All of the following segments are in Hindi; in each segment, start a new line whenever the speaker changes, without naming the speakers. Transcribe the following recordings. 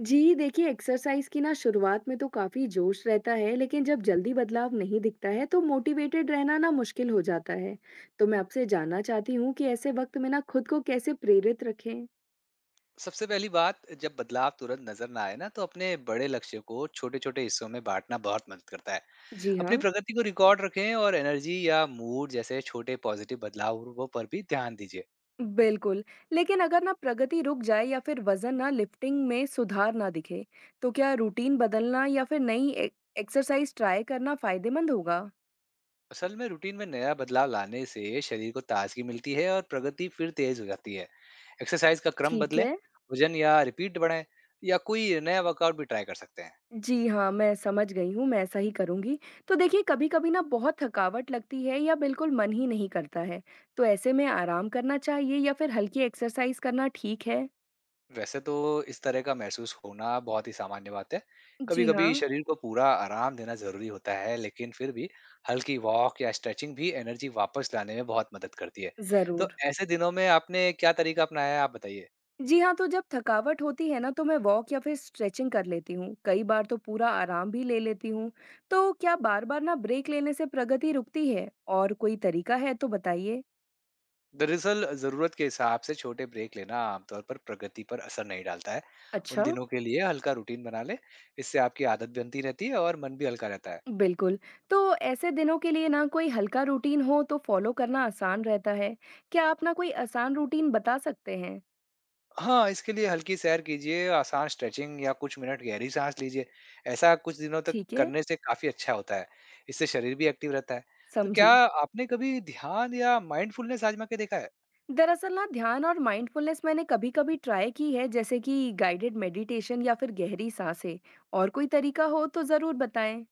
जी देखिए एक्सरसाइज की ना शुरुआत में तो काफी जोश रहता है लेकिन जब जल्दी बदलाव नहीं दिखता है तो मोटिवेटेड रहना ना मुश्किल हो जाता है। तो मैं आपसे जानना चाहती हूँ कि ऐसे वक्त में ना खुद को कैसे प्रेरित रखें।
सबसे पहली बात, जब बदलाव तुरंत नजर ना आए ना तो अपने बड़े लक्ष्य को छोटे छोटे हिस्सों में बांटना बहुत मदद करता है।
जी
अपनी
हाँ।
प्रगति को रिकॉर्ड रखें और एनर्जी या मूड जैसे छोटे पॉजिटिव बदलावों पर भी ध्यान दीजिए।
बिल्कुल। लेकिन अगर ना प्रगति रुक जाए या फिर वजन ना लिफ्टिंग में सुधार ना दिखे, तो क्या रूटीन बदलना या फिर नई एक्सरसाइज ट्राई करना फायदेमंद होगा?
असल में रूटीन में नया बदलाव लाने से शरीर को ताजगी मिलती है और प्रगति फिर तेज हो जाती है। एक्सरसाइज का क्रम
ठीक
बदलें,
है।
वजन या रिपीट बढ़ाएं, या कोई नया वर्कआउट भी ट्राई कर सकते हैं।
जी हाँ, मैं समझ गई हूँ, मैं ऐसा ही करूँगी। तो देखिए कभी-कभी ना बहुत थकावट लगती है या बिल्कुल मन ही नहीं करता है, तो ऐसे में आराम करना चाहिए या फिर हल्की एक्सरसाइज करना ठीक है?
वैसे तो इस तरह का महसूस होना बहुत ही सामान्य बात है।
जी
कभी-कभी
हाँ,
शरीर को पूरा आराम देना ज़रूरी होता है, लेकिन फिर भी हल्की वॉक या स्ट्रेचिंग भी एनर्जी वापस लाने में बहुत मदद करती है। तो
ज़रूर।
ऐसे दिनों में आपने क्या तरीका अपनाया है, आप बताइए?
जी हाँ, तो जब थकावट होती है ना तो मैं वॉक या फिर स्ट्रेचिंग कर लेती हूँ, कई बार तो पूरा आराम भी ले लेती हूँ। तो क्या बार-बार ना ब्रेक लेने से प्रगति रुकती है? और कोई तरीका है तो बताइए?
दरअसल ज़रूरत के हिसाब से छोटे ब्रेक लेना आमतौर पर प्रगति पर असर नहीं डालता है। उन
अच्छा।
दिनों के लिए हल्का रूटीन बना लें, इससे आपकी आदत बनती रहती है और मन भी हल्का रहता है।
बिल्कुल। तो ऐसे दिनों के लिए ना कोई हल्का रूटीन हो तो फ़ॉलो करना आसान रहता है। क्या आप ना कोई आसान रूटीन बता सकते हैं?
हाँ, इसके लिए हल्की सैर कीजिए, आसान स्ट्रेचिंग या कुछ मिनट गहरी साँस लीजिए। ऐसा कुछ दिनों तक
ठीक है,
करने से काफ़ी अच्छा होता है। इससे शरीर भी एक्टिव रहता है। तो क्या
समझी।
आपने कभी ध्यान या माइंडफुलनेस आज़मा के देखा है?
दरअसल ना ध्यान और माइंडफुलनेस मैंने कभी-कभी ट्राई की है जैसे कि गाइडेड मेडिटेशन या फिर गहरी साँसें। और कोई तरीका हो तो ज़रूर बताएँ।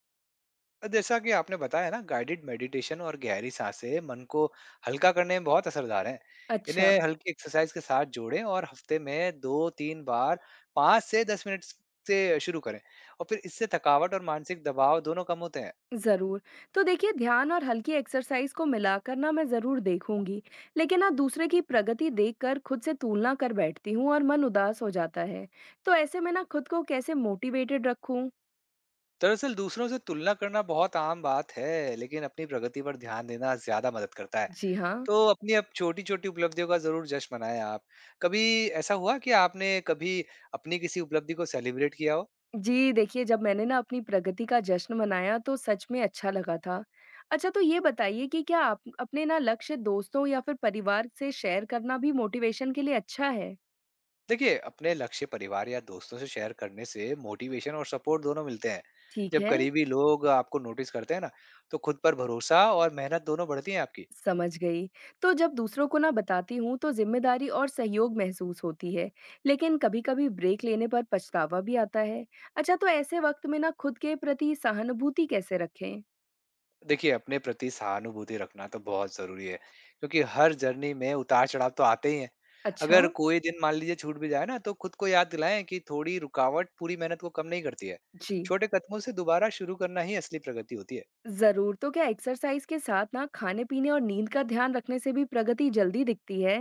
जैसा कि आपने बताया ना, गाइडेड मेडिटेशन और गहरी साँसें मन को हल्का करने में बहुत असरदार हैं।
अच्छा।
इन्हें हल्की एक्सरसाइज़ के साथ जोड़ें और हफ्ते में 2-3 बार 5 से 10 मिनट से शुरू करें, और फिर इससे थकावट और मानसिक दबाव दोनों कम होते हैं।
ज़रूर। तो देखिए ध्यान और हल्की एक्सरसाइज़ को मिलाकर ना मैं ज़रूर देखूँगी। लेकिन ना दूसरे की प्रगति देखकर खुद से तुलना कर बैठती हूँ और मन उदास हो जाता है। तो ऐसे में ना खुद को कैसे मोटिवेटेड रखूँ?
दरअसल दूसरों से तुलना करना बहुत आम बात है, लेकिन अपनी प्रगति पर ध्यान देना ज्यादा मदद करता है।
जी हाँ।
तो अपनी अब छोटी छोटी उपलब्धियों का जरूर जश्न मनाएं आप। कभी ऐसा हुआ कि आपने कभी अपनी किसी उपलब्धि को सेलिब्रेट किया हो?
जी देखिए जब मैंने ना अपनी प्रगति का जश्न मनाया तो सच में अच्छा लगा था। अच्छा तो ये बताइए कि क्या आप अपने ना लक्ष्य दोस्तों या फिर परिवार से शेयर करना भी मोटिवेशन के लिए अच्छा है?
देखिए, अपने लक्ष्य परिवार या दोस्तों से शेयर करने से मोटिवेशन और सपोर्ट दोनों मिलते हैं।
ठीक
जब
है।
करीबी लोग आपको नोटिस करते हैं ना, तो खुद पर भरोसा और मेहनत दोनों बढ़ती है आपकी।
समझ गई। तो जब दूसरों को ना बताती हूँ तो जिम्मेदारी और सहयोग महसूस होती है, लेकिन कभी-कभी ब्रेक लेने पर पछतावा भी आता है। अच्छा तो ऐसे वक्त में ना खुद के प्रति सहानुभूति कैसे रखें?
देखिए, अपने प्रति सहानुभूति रखना तो बहुत ज़रूरी है, क्योंकि हर जर्नी में उतार-चढ़ाव तो आते ही हैं।
अच्छा,
अगर कोई दिन मान लीजिए छूट भी जाए ना, तो खुद को याद दिलाएँ कि थोड़ी रुकावट पूरी मेहनत को कम नहीं करती है।
जी।
छोटे कदमों से दोबारा शुरू करना ही असली प्रगति होती है।
ज़रूर, तो क्या एक्सरसाइज के साथ ना खाने-पीने और नींद का ध्यान रखने से भी प्रगति जल्दी दिखती है?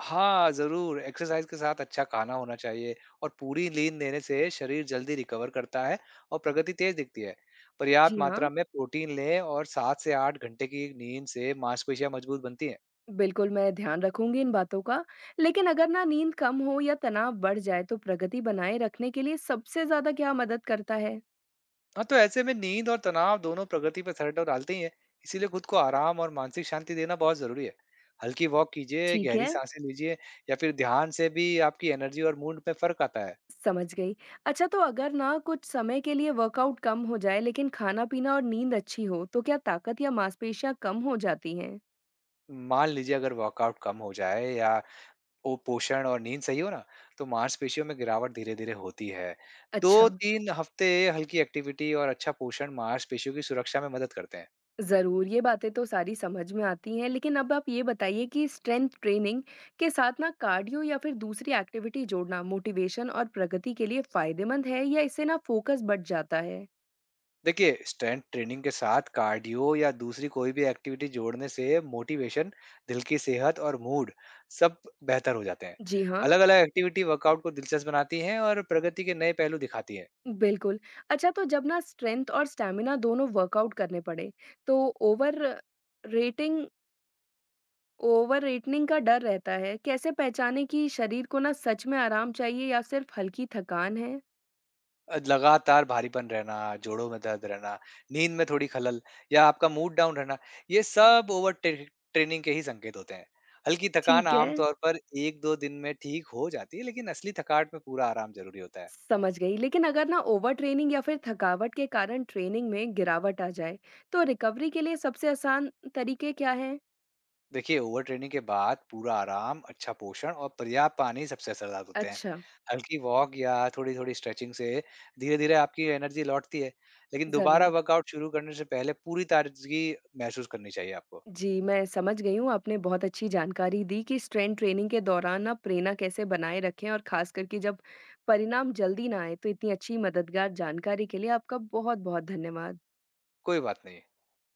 हाँ, ज़रूर, एक्सरसाइज़ के साथ अच्छा खाना होना चाहिए और पूरी नींद लेने से शरीर जल्दी रिकवर करता है और प्रगति तेज़ दिखती है। पर्याप्त
जी हाँ,
मात्रा में प्रोटीन लें, और 7 से 8 घंटे की नींद से मांसपेशियाँ मजबूत बनती हैं।
बिल्कुल मैं ध्यान रखूँगी इन बातों का। लेकिन अगर ना नींद कम हो या तनाव बढ़ जाए तो प्रगति बनाए रखने के लिए सबसे ज़्यादा क्या मदद करता है?
हाँ, तो ऐसे में नींद और तनाव दोनों प्रगति पर असर तो डालते ही हैं। इसीलिए खुद को आराम और मानसिक शांति देना बहुत ज़रूरी है। हल्की वॉक कीजिए,
ठीक
गहरी
है।
सांसें लीजिए, या फिर ध्यान से भी आपकी एनर्जी और मूड में फ़र्क आता है।
समझ गई। अच्छा तो अगर ना कुछ समय के लिए वर्कआउट कम हो जाए लेकिन खाना-पीना और नींद अच्छी हो, तो क्या ताकत या मांसपेशियाँ कम हो जाती हैं?
मान लीजिए अगर वर्कआउट कम हो जाए या वो पोषण और नींद सही हो ना, तो मांसपेशियों में गिरावट धीरे-धीरे होती है।
अच्छा,
2-3 हफ्ते हल्की एक्टिविटी और अच्छा पोषण मांसपेशियों की सुरक्षा में मदद करते हैं।
ज़रूर, ये बातें तो सारी समझ में आती हैं, लेकिन अब आप ये बताइए कि स्ट्रेंथ ट्रेनिंग के साथ ना कार्डियो या फिर दूसरी एक्टिविटी जोड़ना मोटिवेशन और प्रगति के लिए फ़ायदेमंद है या इससे ना फ़ोकस बढ़ जाता है?
देखिए, स्ट्रेंथ ट्रेनिंग के साथ कार्डियो या दूसरी कोई भी एक्टिविटी जोड़ने से मोटिवेशन, दिल की सेहत और मूड सब बेहतर हो जाते हैं।
जी हाँ,
अलग अलग एक्टिविटी वर्कआउट को दिलचस्प बनाती हैं और प्रगति के नए पहलू दिखाती है।
बिल्कुल। अच्छा तो जब ना स्ट्रेंथ और स्टैमिना दोनों वर्कआउट करने पड़े, तो रेटिंग ओवर ईटिंग का डर रहता है, कैसे पहचानें कि शरीर को ना सच में आराम चाहिए या सिर्फ हल्की थकान है?
लगातार भारीपन रहना, जोड़ों में दर्द रहना, नींद में थोड़ी खलल, या आपका मूड डाउन रहना, ये सब ओवर ट्रेनिंग के ही संकेत होते हैं। हल्की थकान
ठीक है,
आमतौर पर एक दो दिन में ठीक हो जाती है, लेकिन असली थकावट में पूरा आराम जरूरी होता है।
समझ गई। लेकिन अगर ना ओवर ट्रेनिंग या फिर थकावट के कारण ट्रेनिंग में गिरावट आ जाए, तो रिकवरी के लिए सबसे आसान तरीके क्या हैं?
देखिए, ओवर ट्रेनिंग के बाद पूरा आराम, अच्छा पोषण और पर्याप्त पानी सबसे असरदार होते हैं।
अच्छा,
हल्की वॉक या थोड़ी-थोड़ी स्ट्रेचिंग से धीरे-धीरे आपकी एनर्जी लौटती है, लेकिन दोबारा
ज़रूर।
वर्कआउट शुरू करने से पहले पूरी ताज़गी महसूस करनी चाहिए आपको।
जी, मैं समझ गई हूँ, आपने बहुत अच्छी जानकारी दी कि स्ट्रेंथ ट्रेनिंग के दौरान ना प्रेरणा कैसे बनाए रखें और खास करके जब परिणाम जल्दी ना आए, तो इतनी अच्छी मददगार जानकारी के लिए आपका बहुत-बहुत धन्यवाद।
कोई बात नहीं।